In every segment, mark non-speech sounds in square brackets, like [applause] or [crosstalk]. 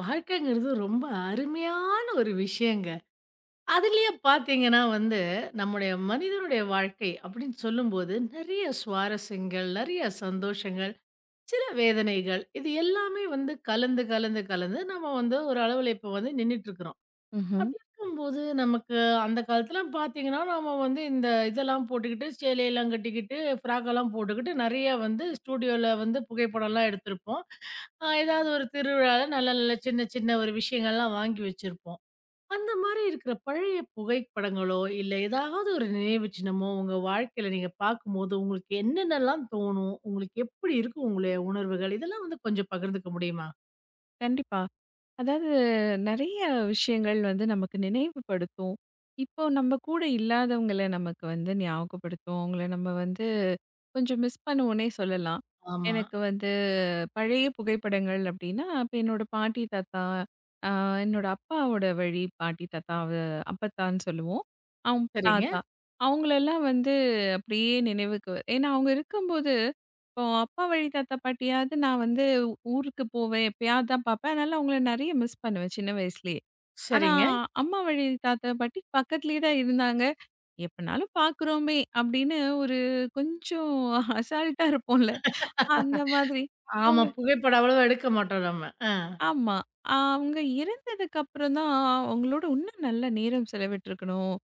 வாழ்க்கைங்கிறது ரொம்ப அருமையான ஒரு விஷயங்க. அதுலயே பார்த்தீங்கன்னா வந்து, நம்முடைய மனிதனுடைய வாழ்க்கை அப்படின்னு சொல்லும்போது, நெறைய சுவாரஸ்யங்கள், நெறைய சந்தோஷங்கள், சில வேதனைகள் இது எல்லாமே வந்து கலந்து, கலந்து, கலந்து நம்ம வந்து ஒரு அளவுல இப்ப வந்து நின்னுட்டுருக்குறோம். ம்ஹ்ம். அப்படி இருக்கும்போது, நமக்கு அந்த காலத்துலாம் பார்த்தீங்கன்னா, நாம வந்து இந்த இதெல்லாம் போட்டுக்கிட்டு, சேலையெல்லாம் கட்டிக்கிட்டு, ஃப்ராக்கெல்லாம் போட்டுக்கிட்டு, நெறைய வந்து ஸ்டூடியோல வந்து புகைப்படம்லாம் எடுத்திருப்போம். ஏதாவது ஒரு திருவிழால நல்ல நல்ல சின்ன சின்ன ஒரு விஷயங்கள்லாம் வாங்கி வச்சிருப்போம். அந்த மாரி இருக்கிற பழைய புகைப்படங்களோ, இல்ல ஏதாவது ஒரு நினைவு சின்னமோ, உங்க வாழ்க்கையில நீங்க பார்க்கும்போது, உங்களுக்கு என்னென்னலாம் தோணும்? உங்களுக்கு எப்படி இருக்கும் உங்களுடைய உணர்வுகள்? இதெல்லாம் வந்து கொஞ்சம் பகிர்ந்துக்க முடியுமா? கண்டிப்பா. அதாவது நெறைய விஷயங்கள் வந்து நமக்கு நினைவுபடுத்தும். இப்போ நம்ம கூட இல்லாதவங்கள நமக்கு வந்து ஞாபகப்படுத்தும். அவங்கள நம்ம வந்து கொஞ்சம் மிஸ் பண்ணுவோன்னே சொல்லலாம். ஆமா. எனக்கு வந்து பழைய புகைப்படங்கள் அப்படின்னா, அப்ப என்னோட பாட்டி, தாத்தா, அ என்னோட அப்பாவோட வழி பாட்டி, தாத்தா, அவ அப்பத்தான்னு சொல்லுவோம். அவுங் சரிங்க, தாத்தா. அவங்களெல்லாம் வந்து அப்படியே நினைவுக்கு ஏன்னா அவங்க இருக்கும்போது, இப்போ அப்பா வழி தாத்தா, பாட்டியாவது நான் வந்து ஊருக்கு போவேன். எப்பயாவது தான் பார்ப்பேன். அதனால அவங்கள நெறைய மிஸ் பண்ணுவேன் சின்ன வயசுலயே. ஆனா, சரிங்க. அம்மா வழி தாத்தா, பாட்டி பக்கத்திலேயே தான் இருந்தாங்க. எப்பனாலும் பார்க்குறோமே! அப்படின்னு ஒரு கொஞ்சம் அசால்ட்டா இருப்போம்ல. அந்த மாதிரி. ஆமா. அவங்க புகைப்படம் அவ்வளவா எடுக்க மாட்டோம் நம்ம. ஆ. ஆமா. அவங்க இருந்ததுக்கு அப்புறம் தான் அவங்களோட இன்னும் நல்ல நேரம் செலவிட்டுருக்கணும்.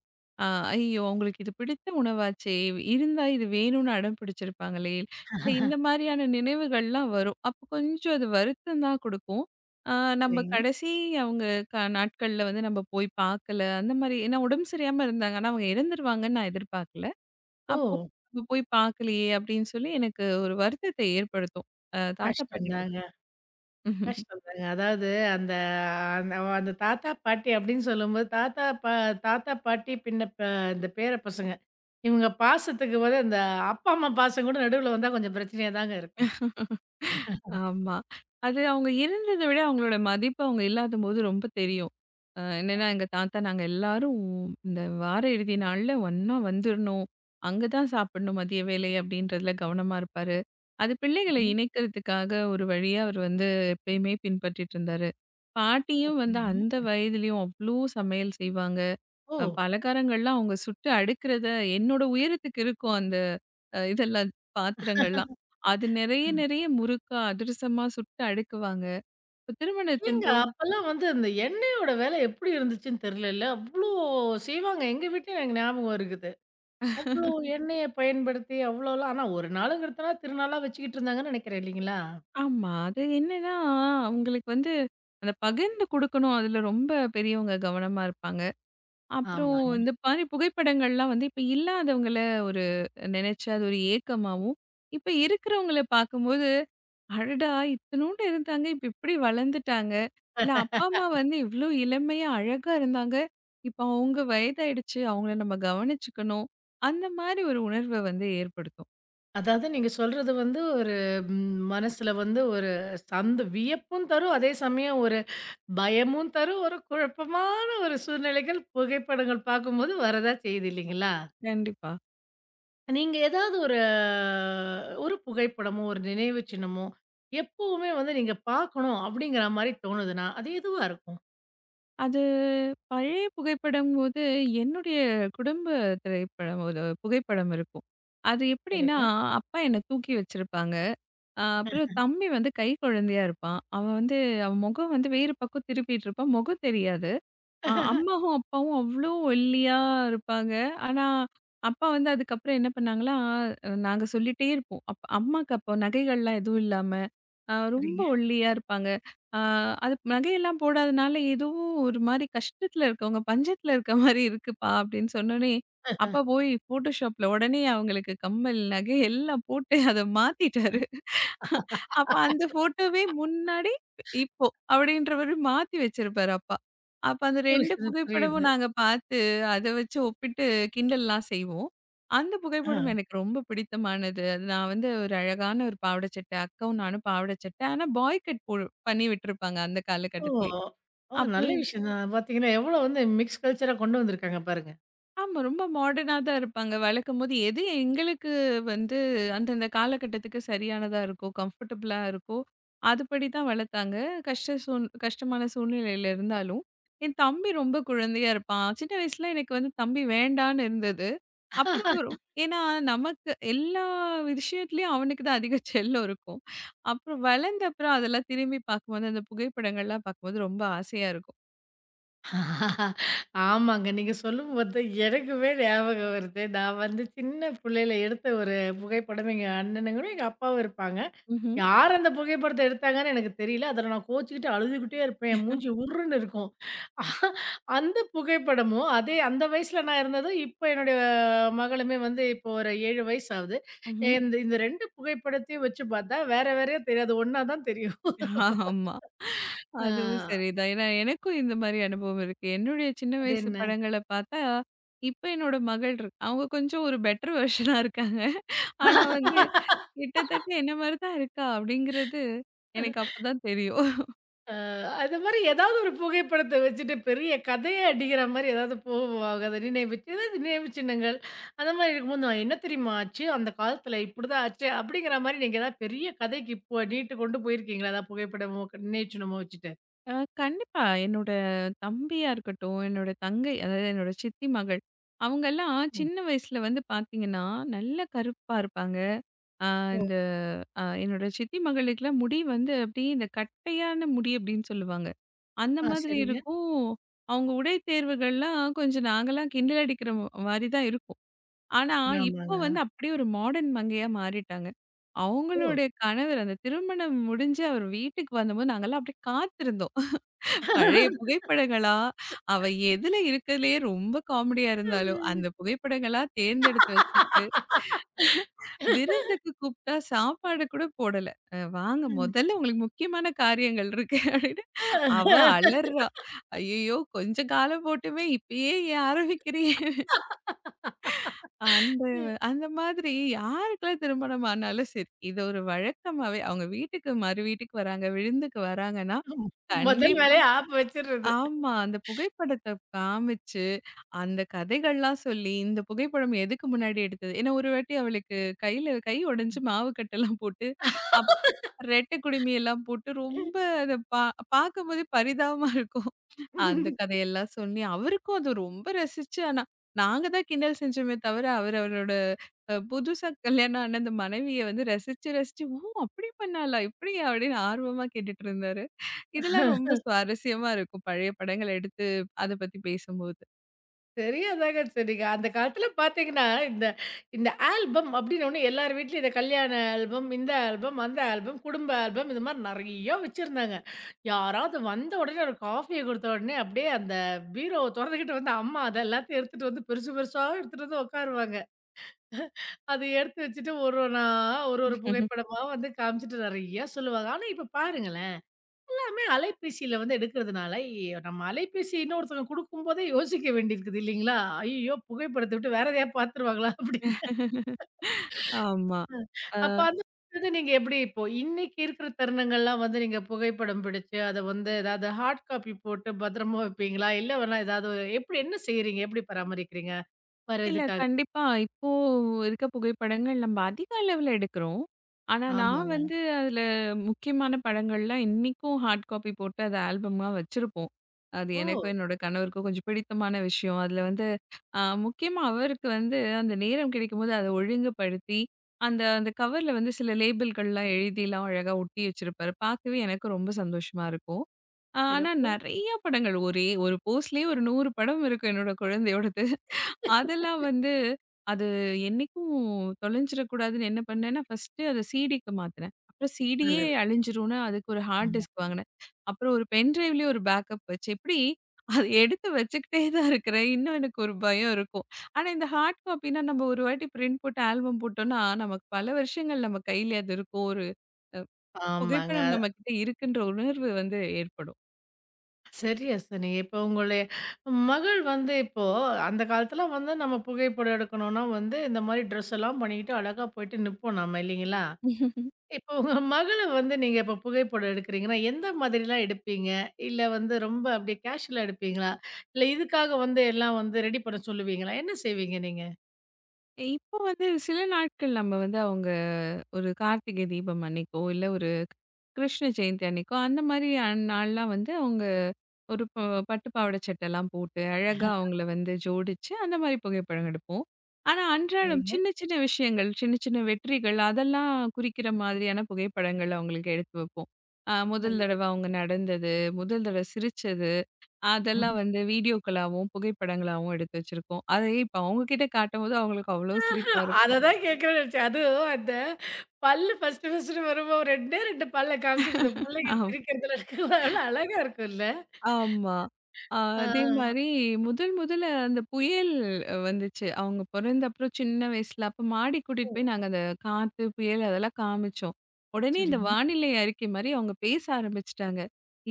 அ ஐயோ! அவங்களுக்கு இது பிடித்த உணவாச்சே! இருந்தா இது வேணும்னு அடம் பிடிச்சிருப்பாங்களே! இல்ல இந்த மாரியான நினைவுகள்லாம் வரும். அப்போ கொஞ்சம் அது வருத்தம் தான் குடுக்கும். அ நம்ம சரிங்க. கடைசி அவங்க நாட்கள்ல வந்து நம்ம போய் பார்க்கல. அந்த மாரி ஏன்னா உடம்பு சரியாம இருந்தாங்க. ஆனா அவங்க இறந்துருவாங்கன்னு நான் எதிர்பார்க்கல. ஓ! அப்போ நம்ம போய் பார்க்கலையே! அப்படின்னு சொல்லி எனக்கு ஒரு வருத்தத்தை ஏற்படுத்தும். தாத்தா கஷ்டம் பாட்டி தாங்க. பக்கம். கஷ்டம் தாங்க. அதாவது அந்த அந்த அந்த தாத்தா, பாட்டி அப்படின்னு சொல்லும்போது, தாத்தா பா தாத்தா, பாட்டி பின்ன ப இந்த பேர பசங்க. இவங்க பாசத்துக்கு பதிலா இந்த அப்பா, அம்மா பாசம் கூட நடுவுல வந்தா கொஞ்சம் பிரச்சனையா தாங்க இருக்கும். ஆமா. அது அவங்க இருந்தத விட அவங்களோட மதிப்பு அவங்க இல்லாதபோது ரொம்ப தெரியும். என்னன்னா, எங்க தாத்தா நாங்க எல்லாரும் இந்த வார இறுதி நாள்ல ஒண்ணா வந்துரணும். அங்க தான் சாப்பிடணும் மதிய வேலை அப்படின்றதுல கவனமா இருப்பாரு. அது பிள்ளைகள சரிங்க. இணைக்கிறதுக்காக ஒரு வழியா அவர் வந்து எப்பயுமே பின்பற்றிட்டு இருந்தாரு. பாட்டியும் வந்து பார்த்தீங்கன்னா அந்த வயதிலயும் அவ்ளோ சமையல் செய்வாங்க. ஓ! பலகாரங்கள்லாம் அவங்க சுட்டு அடுக்குறத என்னோட உயரத்துக்கு இருக்கும் அந்த இதெல்லாம் பாத்திரங்கள்லாம். அது நெறைய அ. நெறைய முறுக்கா, அதிரசமா சுட்டு அடுக்குவாங்க. இப்ப திருமணத்தின் ஏங்க போது அப்பலாம் வந்து அந்த எண்ணெயோட விலை எப்படி இருந்துச்சுன்னு தெரியலல்ல? அவ்ளோ செய்வாங்க. எங்க வீட்லயும் எனக்கு ஞாபகம் இருக்கு. அவ்ளோ எண்ணெய பயன்படுத்தி அவ்ளோலாம் ஆனா ஒரு நாளுங்கிறதுனா திருநாளா வச்சுக்கிட்டு இருந்தாங்கன்னு நினைக்கிறேன் இல்லைங்களா? ஆமா. அது என்னன்னா, அவங்களுக்கு வந்து அந்த பகிர்ந்து குடுக்கணும். அதுல ரொம்ப பெரியவங்க கவனமா இருப்பாங்க. அப்புறம் ஆமாங்க. இந்த மாரி புகைப்படங்கள்லாம் வந்து இப்ப இல்லாதவங்கள ஒரு நெனைச்சு அது ஒரு ஏக்கமாவும், இப்ப இருக்கிறவங்கள பார்க்கும்போது அடடா! இத்துணூண்டு இருந்தாங்க. இப்ப இப்டி வளர்ந்துட்டாங்க. இல்ல அப்பா, அம்மா வந்து இவ்ளோ இளமையா, அழகா இருந்தாங்க. இப்ப அவங்க வயதாயிடுச்சு. அவங்கள நம்ம கவனிச்சுக்கணும். அந்த மாரி ஒரு உணர்வ வந்து ஏற்படுத்தும். அதாவது நீங்க சொல்றது வந்து ஒரு மனசுல வந்து ஒரு சந்த வியப்பும் தரும். அதே சமயம் ஒரு பயமும் தரும். ஒரு குழப்பமான ஒரு சூழ்நிலைகள் புகைப்படங்கள் பார்க்கும்போது வரதா செய்யுது இல்லைங்களா? கண்டிப்பா. நீங்க ஏதாவது ஒரு ஒரு புகைப்படமோ, ஒரு நினைவு சின்னமோ எப்பவுமே வந்து நீங்க பார்க்கணும் அப்படிங்கிற மாரி தோணுதுன்னா, அது எதுவா இருக்கும்? அது பழைய புகைப்படம்போது, என்னுடைய குடும்ப திரைப்படம் ஒரு புகைப்படம் இருக்கும். அது எப்டின்னா, சரிங்க. அப்பா என்ன தூக்கி வச்சிருப்பாங்க. அப்புறம் தம்பி வந்து கை குழந்தையா இருப்பான். அவன் வந்து அவன் முகம் வந்து வேறு பக்கம் திருப்பிட்டு இருப்பான். முகம் தெரியாது. அம்மாவும், அப்பாவும் அவ்ளோ ஒல்லியா இருப்பாங்க. ஆனா, அப்பா வந்து அதுக்கப்புறம் என்ன பண்ணாங்கன்னா, நாங்க சொல்லிட்டே இருப்போம். அம்மாக்கு அப்போ நகைகள்லாம் எதுவும் இல்லாம, ரொம்ப சரிங்க. ஒல்லியா இருப்பாங்க. அ அது நகையெல்லாம் போடாதனால, ஏதோ ஒரு மாரி கஷ்டத்துல இருக்கவங்க, பஞ்சத்துல இருக்க மாரி இருக்குப்பா அப்படின்னு சொன்னோனே, அப்பா போய் ஃபோட்டோஷாப்ல உடனே அவங்களுக்கு கம்மல், நகை எல்லாம் போட்டு அத மாத்திட்டாரு. அப்ப அந்த ஃபோட்டோவே முன்னாடி, இப்போ அப்படின்ற மாரி மாத்தி வச்சிருப்பாரு அப்பா. அப்ப அந்த 2 புரியுது, புரியுது. புகைப்படமும் நாங்க பார்த்து, அத வச்சு ஒப்பிட்டு கிண்டல்லாம் செய்வோம். அந்த புகைப்படம் ஆ. எனக்கு ரொம்ப பிடித்தமானது. அது நான் வந்து ஒரு அழகான ஒரு பாவாடை சட்டை, அக்காவும் நானும் பாவாடை சட்டை. ஆனா பாய் கட் பண்ணி விட்டுருப்பாங்க அந்த ஓ! காலகட்டத்திலயே. ஓ! நல்ல அப்புறம் விஷயம் தான். பார்த்தீங்கன்னா, எவ்வளோ வந்து மிக்ஸ் கல்ச்சரா கொண்டு வந்திருக்காங்க பாருங்க. ஆமா. ரொம்ப மாடர்னா தான் இருப்பாங்க. வளர்க்கும்போது எது எங்களுக்கு வந்து அந்தந்த காலகட்டத்துக்கு சரியானதா இருக்கோ, கம்ஃபர்டபுளா இருக்கோ, அதுபடி தான் வளர்த்தாங்க. கஷ்டமான சூழ்நிலையில இருந்தாலும், என் தம்பி ரொம்ப குழந்தையா இருப்பான். சின்ன வயசுல எனக்கு வந்து தம்பி வேண்டான்னு இருந்தது. அப்புறம் வரும் ஏன்னா நமக்கு எல்லா விஷயத்துலயும் அவனுக்கு தான் அதிக செல்லம் இருக்கும். அப்புறம் வளர்ந்த அப்புறம் அதெல்லாம் திரும்பி பார்க்கும்போது, அந்த புகைப்படங்கள்லாம் பார்க்கும்போது ரொம்ப ஆசையா இருக்கும். ஆமாங்க. நீங்க சொல்லும் போது எனக்குமே ஞாபகம் வருது. நான் வந்து சின்ன புள்ளையில எடுத்த ஒரு புகைப்படம். எங்க அண்ணனுங்களும், எங்க அப்பாவும் இருப்பாங்க. ம்ஹ்ம். யார் அந்த புகைப்படத்த எடுத்தாங்கன்னு எனக்கு தெரியல. அதில நான் கோவிச்சுக்கிட்டு அழுதுகிட்டே இருப்பேன். என் மூஞ்சி உர்ருன்னு இருக்கும். அஹ், அந்த புகைப்படமும், அதே அந்த வயசுல நான் இருந்ததும், இப்போ என்னுடைய மகளுமே வந்து இப்போ ஒரு 7 வயசு ஆகுது. ம்ஹ்ம். இந்த இந்த 2 புகைப்படத்தையும் வச்சு பார்த்தா, வேற வேறயா தெரியாது. ஒண்ணா தான் தெரியும். ஆமா. அதுவும் ஆ. சரிதான். ஏன்னா, எனக்கும் இந்த மாரி அனுபவம் இருக்கு. என்னுடைய சின்ன அது வயசு என்ன படங்கள பார்த்தா, இப்ப என்னோட மகள் இருக் அவங்க கொஞ்சம் ஒரு பெட்டர் வெர்ஷனா இருக்காங்க. ஆனா வந்து, கிட்டத்தட்ட என்ன மாரி தான் இருக்கா அப்படிங்கிறது, எனக்கு அப்பதான் தெரியும். அது மாரி ஏதாவது ஒரு புகைப்படத்த வச்சுட்டு பெரிய கதையே அடிக்கிற மாரி ஏதாவது போவாங்க. அத நினைவுச்சு ஏதாவது நினைவு சின்னங்கள் அந்த மாரி இருக்கும்போது, "நான் என்ன தெரியுமா ஆச்சு? அந்த காலத்தில இப்படிதான் ஆச்சு." அப்படிங்கிற மாரி நீங்க ஏதாவது பெரிய கதைக்கு இப்போ நீட்டு கொண்டு போயிருக்கீங்களா? ஏதாவது புகைப்படமோ, க நினைவு சின்னமோ வச்சுட்டு? அ கண்டிப்பா. என்னோட தம்பியா இருக்கட்டும், என்னோட தங்கை அதாவது என்னோட சித்தி மகள், அவங்கலாம் ம். சின்ன வயசுல வந்து பார்த்தீங்கன்னா, நல்ல கருப்பா இருப்பாங்க. அ ஓ! இந்த அ என்னோட சித்தி மகளுக்கெல்லாம் முடி வந்து அப்படியே இந்த கட்டையான முடி அப்படின்னு சொல்லுவாங்க. அந்த ஆ மாதிரி சரிங்க. இருக்கும். அவங்க உடை தேர்வுகள்லாம் கொஞ்சம் நாங்கலாம் கிண்டல் அடிக்கிற மாரி தான் இருக்கும். ஆனா, இப்போ ஆமாங்க. வந்து அப்படியே ஒரு மாடர்ன் மங்கையா மாறிட்டாங்க. ஓ! அவங்களுடைய கணவர் அந்த திருமணம் முடிஞ்சு அவர் வீட்டுக்கு வந்தபோது நாங்கலாம் அப்படியே காத்திருந்தோம். பழைய புகைப்படங்களா, அவ எதுல இருக்கறதுலயே ரொம்ப காமெடியா இருந்தாலும், அந்த புகைப்படங்களா தேர்ந்தெடுத்து வச்சுட்டு [laughs] விருந்துக்கு கூப்பிட்டா சாப்பாடு கூட போடல. வாங்க ம். முதல்ல உங்களுக்கு முக்கியமான காரியங்கள் இருக்கு அப்படின்னு அவ அலர்றா. ஐயையோ! கொஞ்சம் காலம் போட்டுமே இப்பயே ஏன் ஆரம்பிக்கிறியே? அந்த அந்த மாதிரி யாருக்கெல்லாம் திருமணம் ஆனாலும் சரி, இது ஒரு வழக்கமாவே அவங்க வீட்டுக்கு மறு வீட்டுக்கு வராங்க, விருந்துக்கு வராங்கன்னா, ம். முதல் கண்டிப்பா வேலையா ஆப் வச்சுறது. ஆமா. அந்த புகைப்படத்த காமிச்சு அந்த கதைகள்லாம் சொல்லி, இந்த புகைப்படம் எதுக்கு முன்னாடி எடுத்தது? ஏன்னா ஒரு வாட்டி அவளுக்கு கையில கை உடைஞ்சு மாவு கட்டெல்லாம் போட்டு, அப் ரெட்டை குடுமி எல்லாம் போட்டு ரொம்ப அத பா பார்க்கும்போதே பரிதாபமா இருக்கும். அந்த கதையெல்லாம் சொல்லி, அவருக்கும் அது ரொம்ப ரசிச்சு ஆனா, நாங்க தான் கிண்டல் செஞ்சோமே தவிர, அவர் அவரோட புதுசா கல்யாணம் ஆன அந்த மனைவிய வந்து ரசிச்சு ரசிச்சு, "ஓ! அப்படி பண்ணாளா? இப்படியா?" அப்படின்னு ஆர்வமா கேட்டுட்டு இருந்தாரு. இதெல்லாம் ரொம்ப சுவாரஸ்யமா இருக்கும். பழைய படங்கள எடுத்து அத பத்தி பேசும்போது. சரியா தாங்க சொன்னீங்க. அந்த காலத்துல பார்த்தீங்கன்னா, இந்த இந்த ஆல்பம் அப்படின்னு ஒண்ணு எல்லார் வீட்லயும் இந்த கல்யாண ஆல்பம், இந்த ஆல்பம், அந்த ஆல்பம், குடும்ப ஆல்பம் இது மாரி நெறைய வச்சிருந்தாங்க. யாராவது வந்த உடனே ஒரு காஃபிய குடுத்த உடனே அப்படியே அந்த பீரோவ தொறந்துகிட்டு வந்து அம்மா அத எல்லாத்தையும் எடுத்துட்டு வந்து பெருசு பெருசா எடுத்துட்டு வந்து உட்காருவாங்க. அத எடுத்து வச்சுட்டு ஒரு ஒண்ணா ஒரு ஒரு புகைப்படமா வந்து காமிச்சுட்டு நெறைய சொல்லுவாங்க. ஆனா இப்ப பாருங்களேன் எல்லாமே அலைபேசியில வந்து எடுக்கிறதுனால, எ நம்ம அலைபேசி இன்னொருத்தங்க குடுக்கும்போதே யோசிக்க வேண்டியிருக்குது இல்லைங்களா? ஐயய்யோ! புகைப்படத்த விட்டு வேற எதையா பார்த்துருவாங்களா? [laughs] அப்படின்னு. ஆமா. அப்ப அந்த வந்து நீங்க எப்படி இப்போ இன்னைக்கு இருக்கிற தருணங்கள்லாம் வந்து நீங்க புகைப்படம் பிடிச்சு, அத வந்து ஏதாவது ஹார்ட் காப்பி போட்டு பத்திரமா வைப்பீங்களா? இல்ல வேணா ஏதாவது ஒரு- எப்படி என்ன செய்றீங்க? எப்படி பராமரிக்கிறீங்க? வேற இல்ல. எதுக்காக? கண்டிப்பா. இப்போ இருக்க புகைப்படங்கள் நம்ம அதிக அளவுல எடுக்கிறோம். ஆனா, நான் ஆமாங்க. வந்து அதில முக்கியமான படங்கள்லாம் இன்னிக்கும் ஹார்ட் காப்பி போட்டு அத ஆல்பமா வச்சிருப்போம். அது ஓ! எனக்கும் என்னோட கணவருக்கும் கொஞ்சம் பிடித்தமான விஷயம். அதில வந்து அ முக்கியமா அவருக்கு வந்து அந்த நேரம் கிடைக்கும்போது அத ஒழுங்குபடுத்தி, அந்த அந்த கவர்ல வந்து சில லேபிள்கள்லாம் எழுதிலாம் அழகா ஒட்டி வச்சிருப்பாரு. பார்க்கவே எனக்கு ரொம்ப சந்தோஷமா இருக்கும். ஆனா, சிறப்பு. நெறைய படங்கள் ஒரே ஒரு போஸ்ட்லேயே ஒரு 100 படம் இருக்கும் என்னோட குழந்தையோடது. அதெல்லாம் வந்து அது என்னைக்கும் தொலைஞ்சிடக்கூடாதுன்னு என்ன பண்ணேன்னா, ஃபர்ஸ்ட்டு அத சிடிக்கு மாத்துனேன். அப்புறம் நல்ல சிடியே விஷயம். அழிஞ்சிரும்ன்னு அதுக்கு ஒரு ஹார்ட் ஆமா. டிஸ்க் வாங்குனேன். அப்புறம் ஒரு பென் டிரைவ்லயே ஒரு பேக்கப் வச்சு, இப்டி அத எடுத்து வச்சுக்கிட்டே தான் இருக்கிறேன். இன்னும் எனக்கு ஒரு பயம் இருக்கும். ஆனா இந்த ஹார்ட் காப்பினா நம்ம ஒரு வாட்டி பிரிண்ட் போட்டு ஆல்பம் போட்டோம்னா, நமக்கு பல வருஷங்கள் நம்ம கையிலே அது இருக்கும். ஒரு அ ஆமாங்க. புகைப்படம் நம்மகிட்ட இருக்குன்ற உணர்வு வந்து ஏற்படும். சரியா சொன்னீங்க. இப்போ உங்களுடைய மகள் வந்து இப்போ அந்த காலத்துல வந்து நம்ம புகைப்படம் எடுக்கணும்னா வந்து இந்த மாரி ட்ரெஸ் எல்லாம் பண்ணிக்கிட்டு அழகா போயிட்டு நிப்போம் நம்ம இல்லைங்களா? [laughs] இப்போ உங்க மகள வந்து நீங்க இப்போ புகைப்படம் எடுக்குறீங்கன்னா, எந்த மாதிரிலாம் எடுப்பீங்க? இல்ல வந்து ரொம்ப அப்படியே கேஷுவலா எடுப்பீங்களா? இல்ல இதுக்காக வந்து எல்லாம் வந்து ரெடி பண்ண சொல்லுவீங்களா? என்ன செய்வீங்க நீங்க? இப்போ வந்து சில நாட்கள் நம்ம வந்து அவங்க ஒரு கார்த்திகை தீபம் அன்னைக்கோ, இல்ல ஒரு கிருஷ்ண ஜெயந்தி அன்னைக்கோ, அந்த மாரி அன் நாள்லாம் வந்து அவங்க ஒரு ப பட்டு பாவாடை சட்டைலாம் போட்டு, அழகா அவங்கள வந்து ஜோடிச்சு, அந்த மாரி புகைப்படம் எடுப்போம். ஆனா அன்றாடம் சரிங்க. சின்ன சின்ன விஷயங்கள், சின்ன சின்ன வெற்றிகள் அதெல்லாம் குறிக்கிற மாதிரியான புகைப்படங்கள் அவங்களுக்கு எடுத்து வைப்போம். முதல் தடவை நல்ல அவங்க நடந்தது, முதல் தடவை சிரிச்சது, அதெல்லாம் [laughs] வந்து வீடியோக்களாவும், புகைப்படங்களாவும் எடுத்து வச்சிருக்கோம். அதையே இப்ப அவங்க கிட்ட காட்டும்போது அவங்களுக்கு அவ்வளோ சிரிப்பா இருக்கும். அததான் கேட்கணும்னு நெனச்சேன். அதுவும் அந்த பல்லு ஃபர்ஸ்ட்டு ஃபர்ஸ்ட்டு வரும்போது 2டே 2 பல்ல காமிச்சுட்டு இந்த புள்ளைங்க சிரிக்கிறதுல எவ்வளோ அழகா இருக்கும்ல. ஆமா. அ அதே ஆ. மாரி முதல் முதல்ல அந்த புயல் வந்துச்சு. அவங்க பொறந்த அப்புறம் சின்ன வயசுல. அப்ப மாடி ஓ! கூட்டிட்டு போய் நாங்க அந்த காத்து, புயல் அதெல்லாம் காமிச்சோம். உடனே இந்த சரிங்க. வானிலை அறிக்கை மாரி அவங்க பேச ஆரம்பிச்சுட்டாங்க.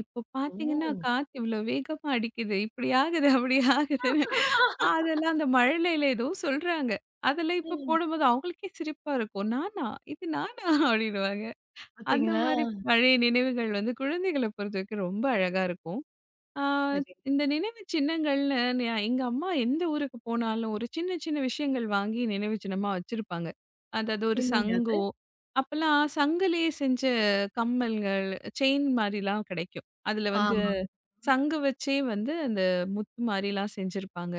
இப்போ பார்த்தீங்கன்னா, ஓ! காத்து இவ்ளோ வேகமா அடிக்குது. இப்படி ஆகுது, அப்படி ஆகுதுன்னு. [laughs] அதெல்லாம் அந்த மழலையில ஏதோ சொல்றாங்க. அதெல்லாம் இப்ப ம். போடும்போது அவங்களுக்கே சிரிப்பா இருக்கும். நானா? இது நானா? அப்படின்னுவாங்க. அந்த பார்த்தீங்களா? மாரி பழைய நினைவுகள் வந்து குழந்தைகள பொறுத்தவரைக்கும் ரொம்ப அழகா இருக்கும். ஆ, சரி. இந்த நினைவு சின்னங்கள்னு எங்க அம்மா எந்த ஊருக்கு போனாலும் ஒரு சின்ன சின்ன விஷயங்கள் வாங்கி நினைவு சின்னமா வச்சிருப்பாங்க அதாவது ஒரு என்னங்க அது? சங்கோ அப்பெல்லாம் சங்கிலேயே செஞ்ச கம்மல்கள் செயின் மாதிரிலாம் கிடைக்கும் அதுல வந்து ஆமாங்க. சங்கு வச்சே வந்து அந்த முத்து மாதிரிலாம் செஞ்சிருப்பாங்க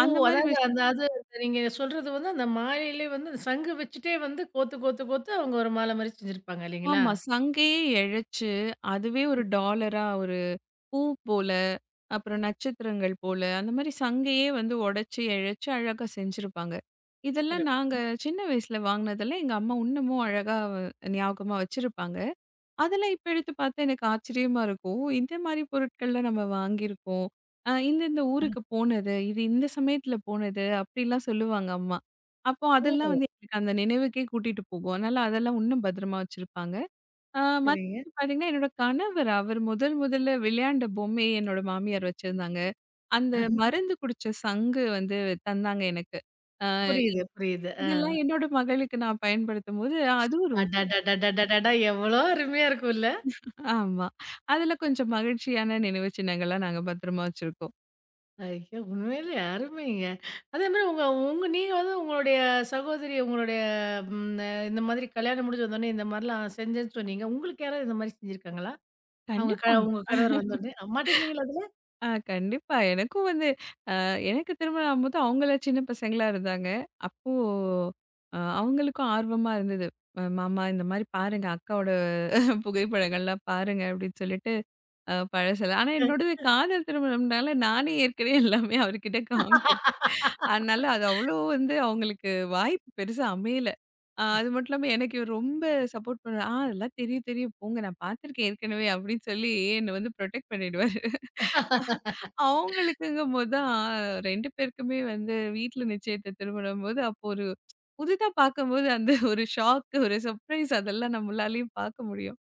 ஓ! அந்த மாதிரி அதாவது விஷயம் அந்த அது நீங்க சொல்றது வந்து அந்த மாலையிலே வந்து அந்த சங்கு வச்சுட்டே வந்து கோத்து கோத்து கோத்து அவங்க ஒரு மாலை மாரி செஞ்சிருப்பாங்க இல்லைங்களா? ஆமா சங்கையே இழைச்சு அதுவே ஒரு டாலரா பூ போல, அப்புறம் நட்சத்திரங்கள் போல, அந்த மாரி சங்கையே வந்து உடைச்சு, இழைச்சு அழகா செஞ்சிருப்பாங்க. இதெல்லாம் சிறப்பு. நாங்க சின்ன வயசுல வாங்குனதெல்லாம் எங்க அம்மா இன்னமும் அழகா ஞாபகமா வச்சிருப்பாங்க. அதெல்லாம் இப்ப எடுத்து பார்த்தா எனக்கு ஆச்சரியமா இருக்கும். இந்த மாரி பொருட்கள்லாம் நம்ம வாங்கியிருக்கோம். அ இந்த இந்த ஊருக்கு போனது, இது இந்த சமயத்துல போனது, அப்படிலாம் சொல்லுவாங்க அம்மா. அப்போ அதெல்லாம் ஓ! வந்து எனக்கு அந்த நினைவுக்கே கூட்டிட்டு போகும். அதனால அதெல்லாம் இன்னும் பத்திரமா வச்சிருப்பாங்க. ஆ சரிங்க. மத்தபடி பார்த்தீங்கன்னா, என்னோட கணவர் அவர் முதல் முதல்ல விளையாண்ட பொம்மை என்னோட மாமியார் வச்சிருந்தாங்க. அந்த மருந்து குடிச்ச சங்கு வந்து தந்தாங்க எனக்கு. ஆ புரியுது, புரியுது. இதெல்லாம் என்னோட மகளுக்கு நான் பயன்படுத்தும்போது, அதுவும் அடடடடடடடா! எவ்வளோ அருமையா இருக்கும்ல! ஆமா. அதில கொஞ்சம் மகிழ்ச்சியான நினைவு சின்னங்கள்லாம் நாங்க பத்திரமா வச்சிருக்கோம். ஐயோ! உண்மையிலே அருமைங்க. அதே மாரி உங்க உங்க நீங்க வந்து உங்களுடைய சகோதரி உங்களுடைய ம் அ இந்த மாதிரி கல்யாணம் முடிஞ்சு வந்தோனே இந்த மாரிலாம் செஞ்சேன்னு சொன்னீங்க. உங்களுக்கு யாராவது இந்த மாரி செஞ்சிருக்காங்களா? அவங்க க கண்டிப்பா. உங்க கணவர் வந்தோனே மாட்டேங்கிறீங்களா அதுல? கண்டிப்பா. எனக்கும் வந்து எனக்கு திருமணம் ஆகும்போது அவங்கள சின்ன பசங்களா இருந்தாங்க. அப்போ அவங்களுக்கும் ஆர்வமா இருந்தது. மாமா இந்த மாரி பாருங்க அக்காவோட புகைப்படங்கள்லாம் பாருங்க அப்படின்னு சொல்லிட்டு பழசெல்லாம் ஆனா என்னோடது காதல் திருமணம்னால நானே ஏற்கனவே எல்லாமே அவர்கிட்ட காமிச்சிருக்கேன். அதனால அது அவ்வளோ வந்து அவங்களுக்கு வாய்ப்பு பெருசா அமையல. அது மட்டும் இல்லாம எனக்கு இவர் ரொம்ப சப்போர்ட் பண்ணுவாரு. அதெல்லாம் தெரியும் தெரியும் போங்க நான் பார்த்துருக்கேன் ஏற்கனவே அப்படின்னு சொல்லி என்ன வந்து புரொடெக்ட் பண்ணிடுவாரு. அவங்களுக்குங்கும்போது தான் 2 பேருக்குமே வந்து வீட்ல நிச்சயத்த திரும்பும்போது, அப்போ ஒரு புதிதா பார்க்கும்போது அந்த ஒரு ஷாக், ஒரு சர்ப்ரைஸ் அதெல்லாம் நம்மளாலயும் பார்க்க முடியும்.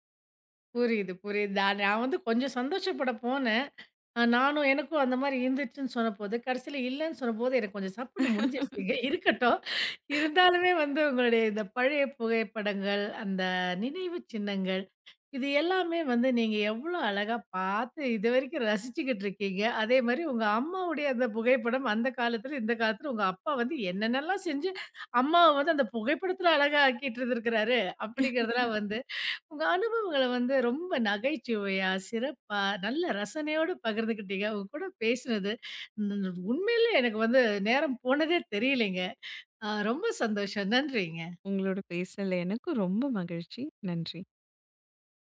புரியுது, புரியுது. நான் நான் வந்து கொஞ்சம் சந்தோஷப்பட போனேன். நானும் எனக்கும் அந்த மாரி இருந்துச்சுன்னு சொன்னபோது, கடைசியில இல்லன்னு சொன்னபோது எனக்கு கொஞ்சம் சப்புன்னு முடிஞ்சிருச்சுங்க. இருக்கட்டும். இருந்தாலுமே வந்து உங்களுடைய இந்த பழைய புகைப்படங்கள், அந்த நினைவு சின்னங்கள் இது எல்லாமே வந்து நீங்க எவ்வளோ அழகா பார்த்து இதுவரைக்கும் ரசிச்சுக்கிட்டு இருக்கீங்க. அதே மாரி உங்க அம்மாவுடைய அந்த புகைப்படம் அந்த காலத்துல, இந்த காலத்துல உங்க அப்பா வந்து என்னென்னலாம் செஞ்சு அம்மாவ வந்து அந்த புகைப்படத்துல அழகா ஆக்கிட்டு இருந்திருக்கிறாரு அப்படிங்கிறதெல்லாம் வந்து உங்க அனுபவங்கள வந்து ரொம்ப நகைச்சுவையா, சிறப்பா, நல்ல ரசனையோடு பகிர்ந்துக்கிட்டீங்க. உங்க கூட பேசினது உம், உண்மையிலே எனக்கு வந்து நேரம் போனதே தெரியலைங்க. ரொம்ப சந்தோஷம். நன்றிங்க. உங்களோட பேசல எனக்கும் ரொம்ப மகிழ்ச்சி. நன்றி.